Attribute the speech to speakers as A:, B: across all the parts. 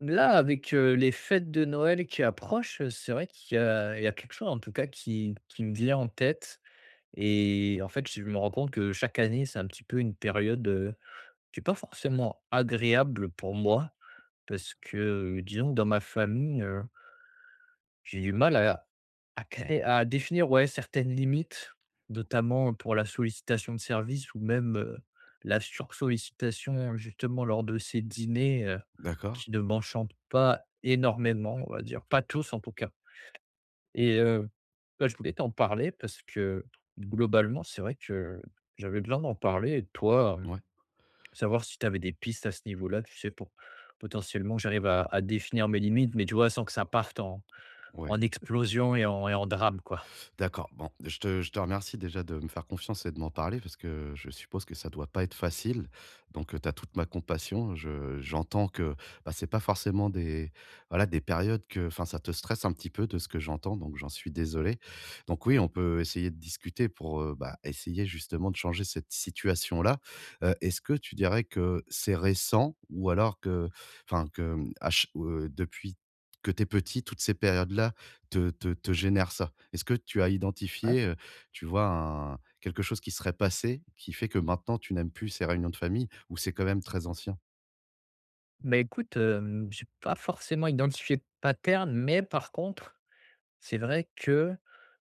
A: Là, avec, les fêtes de Noël qui approchent, c'est vrai qu'il y a quelque chose en tout cas qui me vient en tête et en fait, je me rends compte que chaque année, c'est un petit peu une période, qui est pas forcément agréable pour moi parce que, disons que dans ma famille, j'ai du mal à créer à définir, ouais, certaines limites, notamment pour la sollicitation de service ou même, la sursollicitation justement lors de ces dîners,
B: D'accord.
A: qui ne m'enchantent pas énormément, on va dire, pas tous en tout cas et bah, je voulais t'en parler parce que globalement, c'est vrai que j'avais besoin d'en parler et de toi,
B: Ouais,
A: savoir si tu avais des pistes à ce niveau-là, tu sais, pour potentiellement que j'arrive à définir mes limites, mais tu vois, sans que ça parte en
B: ouais.
A: en explosion et en drame, quoi.
B: D'accord. Bon, je te remercie déjà de me faire confiance et de m'en parler parce que je suppose que ça doit pas être facile. Donc, tu as toute ma compassion. Je j'entends que, bah, c'est pas forcément des voilà, des périodes que enfin, ça te stresse un petit peu de ce que j'entends, donc j'en suis désolé. Donc oui, on peut essayer de discuter pour, bah, essayer justement de changer cette situation-là. Est-ce que tu dirais que c'est récent ou alors que enfin que, mmh, à ch depuis que t'es petit, toutes ces périodes-là, te génère ça? Est-ce que tu as
A: Ouais.
B: identifié, tu vois, un quelque chose qui serait passé, qui fait que maintenant tu n'aimes plus ces réunions de famille ou c'est quand même très ancien?
A: Mais écoute, j'ai pas forcément identifié de pattern, mais par contre, c'est vrai que,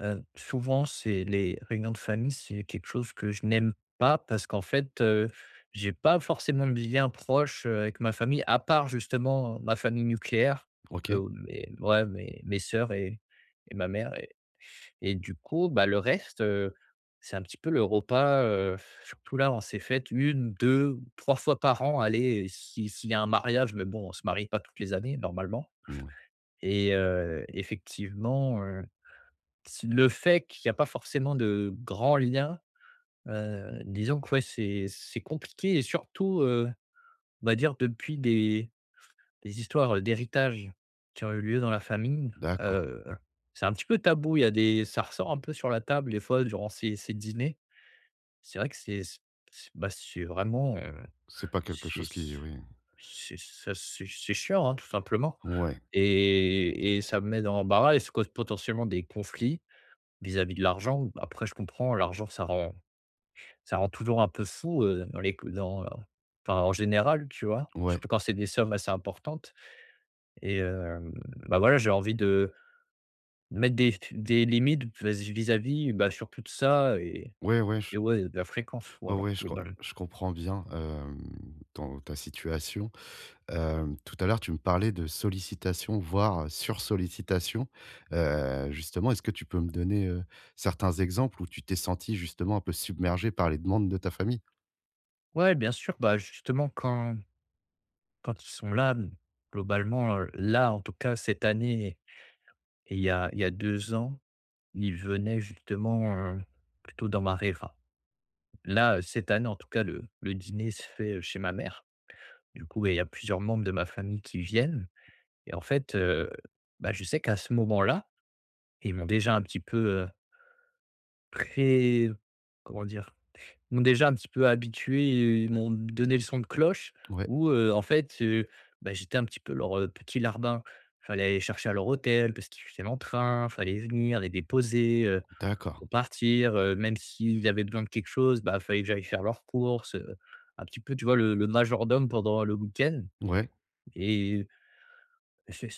A: souvent, c'est les réunions de famille, c'est quelque chose que je n'aime pas parce qu'en fait, j'ai pas forcément de lien proche, avec ma famille, à part justement ma famille nucléaire, donc,
B: OK.
A: mes ouais, mes sœurs et ma mère. Et du coup, bah, le reste, c'est un petit peu le repas, surtout là, on s'est fait une deux trois fois par an. Allez, si s'il y a un mariage, mais bon, on se marie pas toutes les années normalement
B: Mouais,
A: et effectivement, si le fait qu'il y a pas forcément de grands liens, disons que ouais, c'est compliqué et surtout, on va dire depuis des les histoires d'héritage qui ont eu lieu dans la famille,
B: d'accord.
A: heu, c'est un petit peu tabou. Il y a des ça ressort un peu sur la table des fois durant ces dîners. C'est vrai que c'est bah, c'est vraiment,
B: C'est pas quelque
A: c'est
B: chose qui
A: c
B: oui.
A: c'est ça, c'est chiant, hein, tout simplement
B: Ouais,
A: et ça me met dans l'embarras et ça cause potentiellement des conflits vis-à-vis de l'argent. Après je comprends, l'argent ça rend toujours un peu fou, dans les co dans enfin, en général, tu vois?
B: ouais.
A: Surtout quand c'est des sommes assez importantes. Et bah, voilà, j'ai envie de mettre des limites vis-à-vis, bah, sur tout ça et
B: Ouais, ouais, je
A: et ouais, de la fréquence, voilà, global.
B: comprends bien, ton ta situation. Tout à l'heure, tu me parlais de sollicitation, voire sursollicitation. Justement, est-ce que tu peux me donner, certains exemples où tu t'es senti justement un peu submergé par les demandes de ta famille?
A: Ouais, bien sûr, bah, justement quand ils sont là, globalement, là, en tout cas cette année et il y a 2 ans, ils venaient justement, plutôt dans ma ré enfin, là, cette année, en tout cas, le dîner se fait, chez ma mère. Du coup, et il y a plusieurs membres de ma famille qui viennent et en fait, bah, je sais qu'à ce moment-là, ils m'ont déjà un petit peu, heu, pré comment dire? Ils m'ont déjà un petit peu habitué et ils m'ont donné le son de cloche
B: Ouais,
A: où, en fait, bah, j'étais un petit peu leur, petit larbin. Fallait aller chercher à leur hôtel parce qu'ils filaient en train, fallait venir les déposer,
B: d'accord.
A: pour partir, même s'ils avaient besoin de quelque chose, bah, fallait que j'aille faire leurs courses, un petit peu, tu vois, le majordome pendant le week-end
B: Ouais.
A: et c'est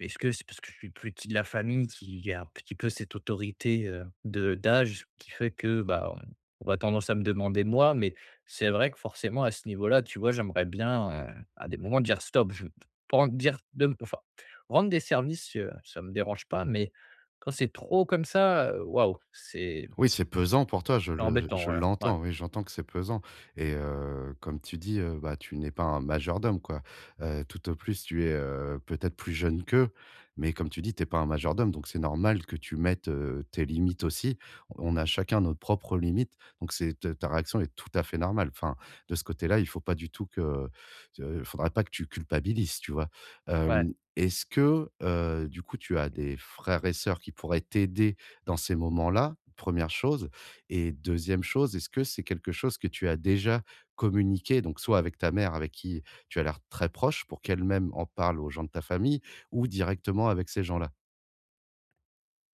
A: est-ce que c'est parce que je suis le plus petit de la famille qu'il y a un petit peu cette autorité, de d'âge qui fait que, bah, on va tendance à me demander moi, mais c'est vrai que forcément à ce niveau-là, tu vois, j'aimerais bien, à des moments dire: «Stop», je pas dire de enfin, rendre des services, ça me dérange pas, mais quand c'est trop comme ça, waouh, c'est
B: Oui, c'est pesant pour toi, je le
A: embêtant,
B: je
A: voilà. Ouais,
B: l'entends, oui, j'entends que c'est pesant et comme tu dis, bah, tu n'es pas un majordome, quoi. Tout au plus, tu es, peut-être plus jeune qu'eux, mais comme tu dis, tu es pas un majordome, donc c'est normal que tu mettes, tes limites aussi. On a chacun nos propres limites, donc c'est t ta réaction est tout à fait normale. Enfin, de ce côté-là, il faut pas du tout que faudrait pas que tu culpabilises, tu vois?
A: ouais.
B: Est-ce que, du coup, tu as des frères et sœurs qui pourraient t'aider dans ces moments-là? Première chose et deuxième chose, est-ce que c'est quelque chose que tu as déjà communiqué, donc soit avec ta mère avec qui tu as l'air très proche pour qu'elle-même en parle aux gens de ta famille ou directement avec ces gens-là?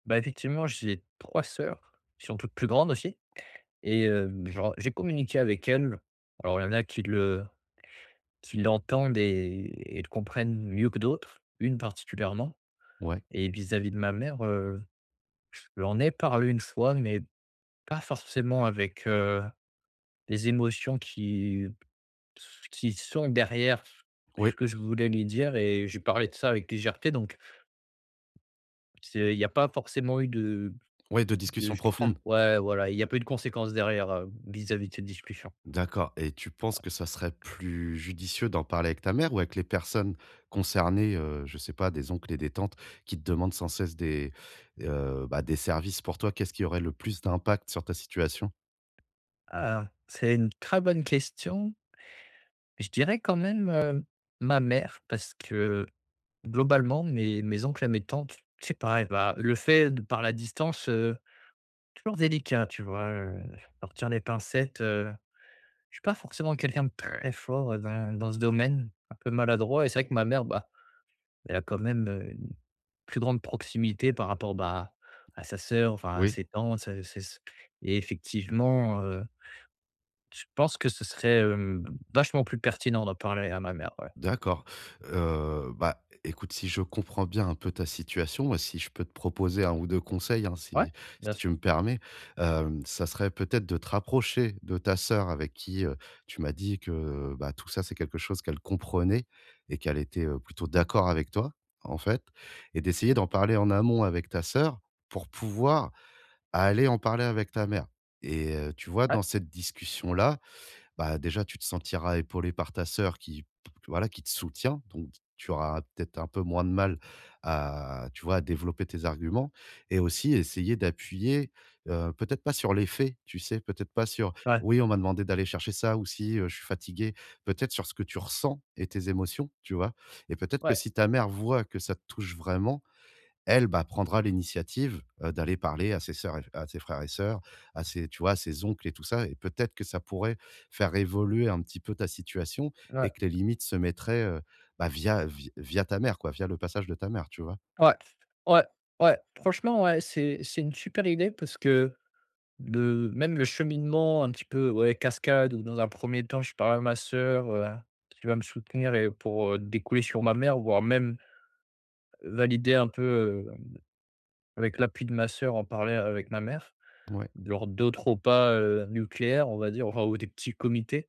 A: Bah, effectivement, j'ai 3 sœurs qui sont toutes plus grandes aussi et genre, j'ai communiqué avec elles. Alors, il y en a qui l'entendent et le comprennent mieux que d'autres, une particulièrement
B: Ouais.
A: et vis-à-vis de ma mère, je lui en ai parlé une fois, mais pas forcément avec, les émotions qui sont derrière ce
B: Oui,
A: que je voulais lui dire et j'ai parlé de ça avec légèreté donc c'est il n'y a pas forcément eu
B: oui, de
A: De
B: discussions
A: de
B: profondes.
A: ouais, voilà, il y a pas eu de conséquences derrière, vis-à-vis de cette discussion.
B: D'accord, et tu penses
A: Ouais.
B: que ça serait plus judicieux d'en parler avec ta mère ou avec les personnes concernées, je sais pas, des oncles et des tantes qui te demandent sans cesse des, bah, des services pour toi? Qu'est-ce qui aurait le plus d'impact sur ta situation?
A: Ah, c'est une très bonne question. Je dirais quand même, ma mère parce que globalement mes oncles et mes tantes, je sais eh bah, le fait de par la distance, toujours délicat, tu vois? Sortir les pincettes, je suis pas forcément quelqu'un de très fort, dans ce domaine, un peu maladroit et c'est vrai que ma mère, bah, elle a quand même, une plus grande proximité par rapport, bah, à sa sœur, enfin à
B: Oui.
A: ses tantes, ses ses et effectivement, je pense que ce serait, vachement plus pertinent d'en parler à ma mère, ouais.
B: D'accord. Bah, écoute, si je comprends bien un peu ta situation, moi, si je peux te proposer un ou 2 conseils, hein,
A: Ouais,
B: si
A: bien
B: tu
A: sûr.
B: me permets, ça serait peut-être de te rapprocher de ta sœur avec qui, tu m'as dit que, bah, tout ça, c'est quelque chose qu'elle comprenait et qu'elle était, plutôt d'accord avec toi, en fait, et d'essayer d'en parler en amont avec ta sœur pour pouvoir aller en parler avec ta mère et tu vois,
A: Ouais,
B: dans cette discussion-là, bah, déjà, tu te sentiras épaulé par ta sœur qui, voilà, qui te soutient. Donc, tu auras peut-être un peu moins de mal à, tu vois, à développer tes arguments et aussi essayer d'appuyer, peut-être pas sur les faits, tu sais, peut-être pas sur,
A: ouais,
B: oui, on m'a demandé d'aller chercher ça ou si je suis fatigué, peut-être sur ce que tu ressens et tes émotions, tu vois. Et peut-être que
A: ouais,
B: si ta mère voit que ça te touche vraiment, elle, bah, prendra l'initiative, d'aller parler à ses sœurs et à ses frères et sœurs, à ses tu vois, à ses oncles et tout ça et peut-être que ça pourrait faire évoluer un petit peu ta situation
A: ouais,
B: et que les limites se mettraient, bah, via ta mère, quoi, via le passage de ta mère, tu vois?
A: ouais, ouais, ouais, franchement, ouais, c'est une super idée parce que le cheminement un petit peu, ouais, cascade où dans un premier temps, je parle à ma sœur, qui va me soutenir et pour, découler sur ma mère, voire même valider un peu, avec l'appui de ma sœur, en parler avec ma mère.
B: Ouais,
A: Lors d'autres repas, nucléaires, on va dire, enfin, ou des petits comités.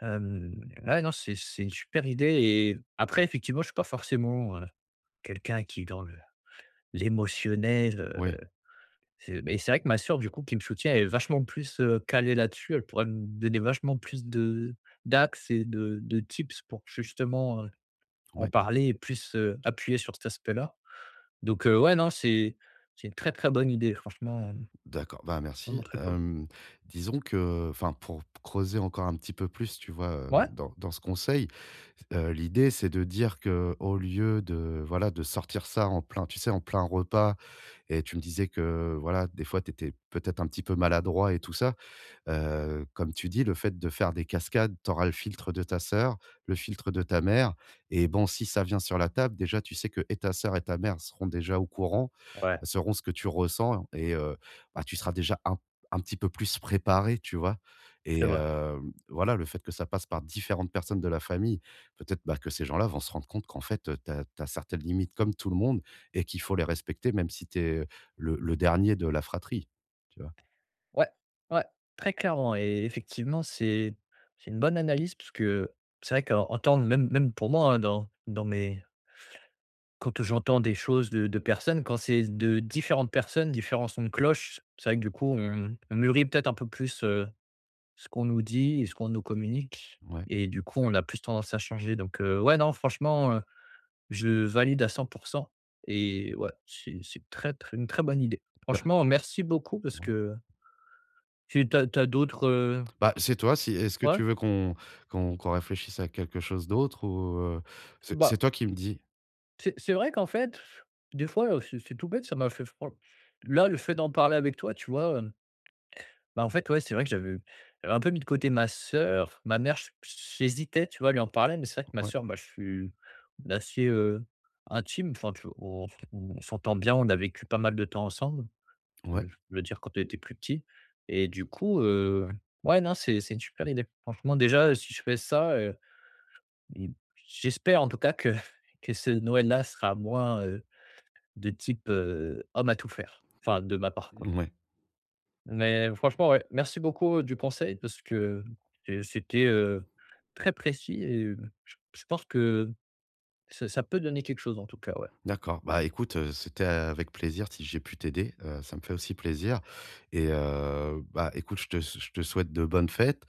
A: Hem, ouais, non, c'est une super idée et après effectivement, je suis pas forcément, quelqu'un qui est dans le l'émotionnel,
B: oui,
A: euh, C'est mais c'est vrai que ma sœur, du coup, qui me soutient, elle est vachement plus, calée là-dessus. Elle pourrait me donner vachement plus de d'axes et de tips pour justement, en
B: oui,
A: parler et plus, appuyer sur cet aspect-là. Donc, ouais, non, c'est une très, très bonne idée, franchement,
B: d'accord, bah,
A: vraiment
B: merci,
A: très cool.
B: disons que enfin, pour creuser encore un petit peu plus, tu vois,
A: Ouais?
B: dans ce conseil, l'idée, c'est de dire que au lieu de, voilà, de sortir ça en plein tu sais, en plein repas et tu me disais que voilà, des fois, tu étais peut-être un petit peu maladroit et tout ça. Comme tu dis, le fait de faire des cascades, tu auras le filtre de ta sœur, le filtre de ta mère et bon, si ça vient sur la table, déjà, tu sais que et ta sœur et ta mère seront déjà au courant,
A: Ouais,
B: seront ce que tu ressens et bah, tu seras déjà un petit peu plus préparé, tu vois? Et
A: c'est vrai.
B: voilà, le fait que ça passe par différentes personnes de la famille, peut-être, bah, que ces gens-là vont se rendre compte qu'en fait, tu as certaines limites comme tout le monde et qu'il faut les respecter même si tu es, le dernier de la fratrie, tu vois?
A: Ouais, ouais, très clairement et effectivement, c'est une bonne analyse puisque c'est vrai qu'en tant même même pour moi, hein. dans dans mes Quand j'entends des choses de personnes, quand c'est de différentes personnes, différents sons de cloche, c'est vrai que du coup, on mûrit peut-être un peu plus, ce qu'on nous dit et ce qu'on nous communique
B: Ouais.
A: et du coup, on a plus tendance à changer donc ouais, non, franchement, je valide à 100%, et ouais, c'est très très une très bonne idée.
B: Tu
A: Franchement, merci beaucoup parce
B: ouais.
A: que tu as d'autres,
B: Bah, c'est toi, si est-ce que
A: ouais,
B: tu veux qu'on réfléchisse à quelque chose d'autre ou, c'est
A: bah,
B: toi qui me dis?
A: c'est vrai qu'en fait, des fois, c'est tout bête, ça m'a fait fran là, le fait d'en parler avec toi, tu vois. Bah, en fait, ouais, c'est vrai que j'avais un peu mis de côté ma sœur. Ma mère, j'hésitais, tu vois, à lui en parler, mais c'est vrai que ma
B: Ouais,
A: sœur, bah, je suis on est assez, intime. Enfin, tu on s'entend bien, on a vécu pas mal de temps ensemble,
B: ouais,
A: je veux dire quand on était plus petit et du coup, ouais, non, c'est une super idée. Franchement, déjà, si je fais ça, mmh, j'espère en tout cas que que ce Noël-là sera moins, de type, homme à tout faire. Enfin, de ma part, quoi.
B: ouais.
A: Mais franchement, ouais, merci beaucoup, du conseil parce que et c'était, très précis et je pense que ça peut donner quelque chose en tout cas, ouais.
B: D'accord. Bah, écoute, c'était avec plaisir si j'ai pu t'aider, ça me fait aussi plaisir et bah, écoute, je te souhaite de bonnes fêtes.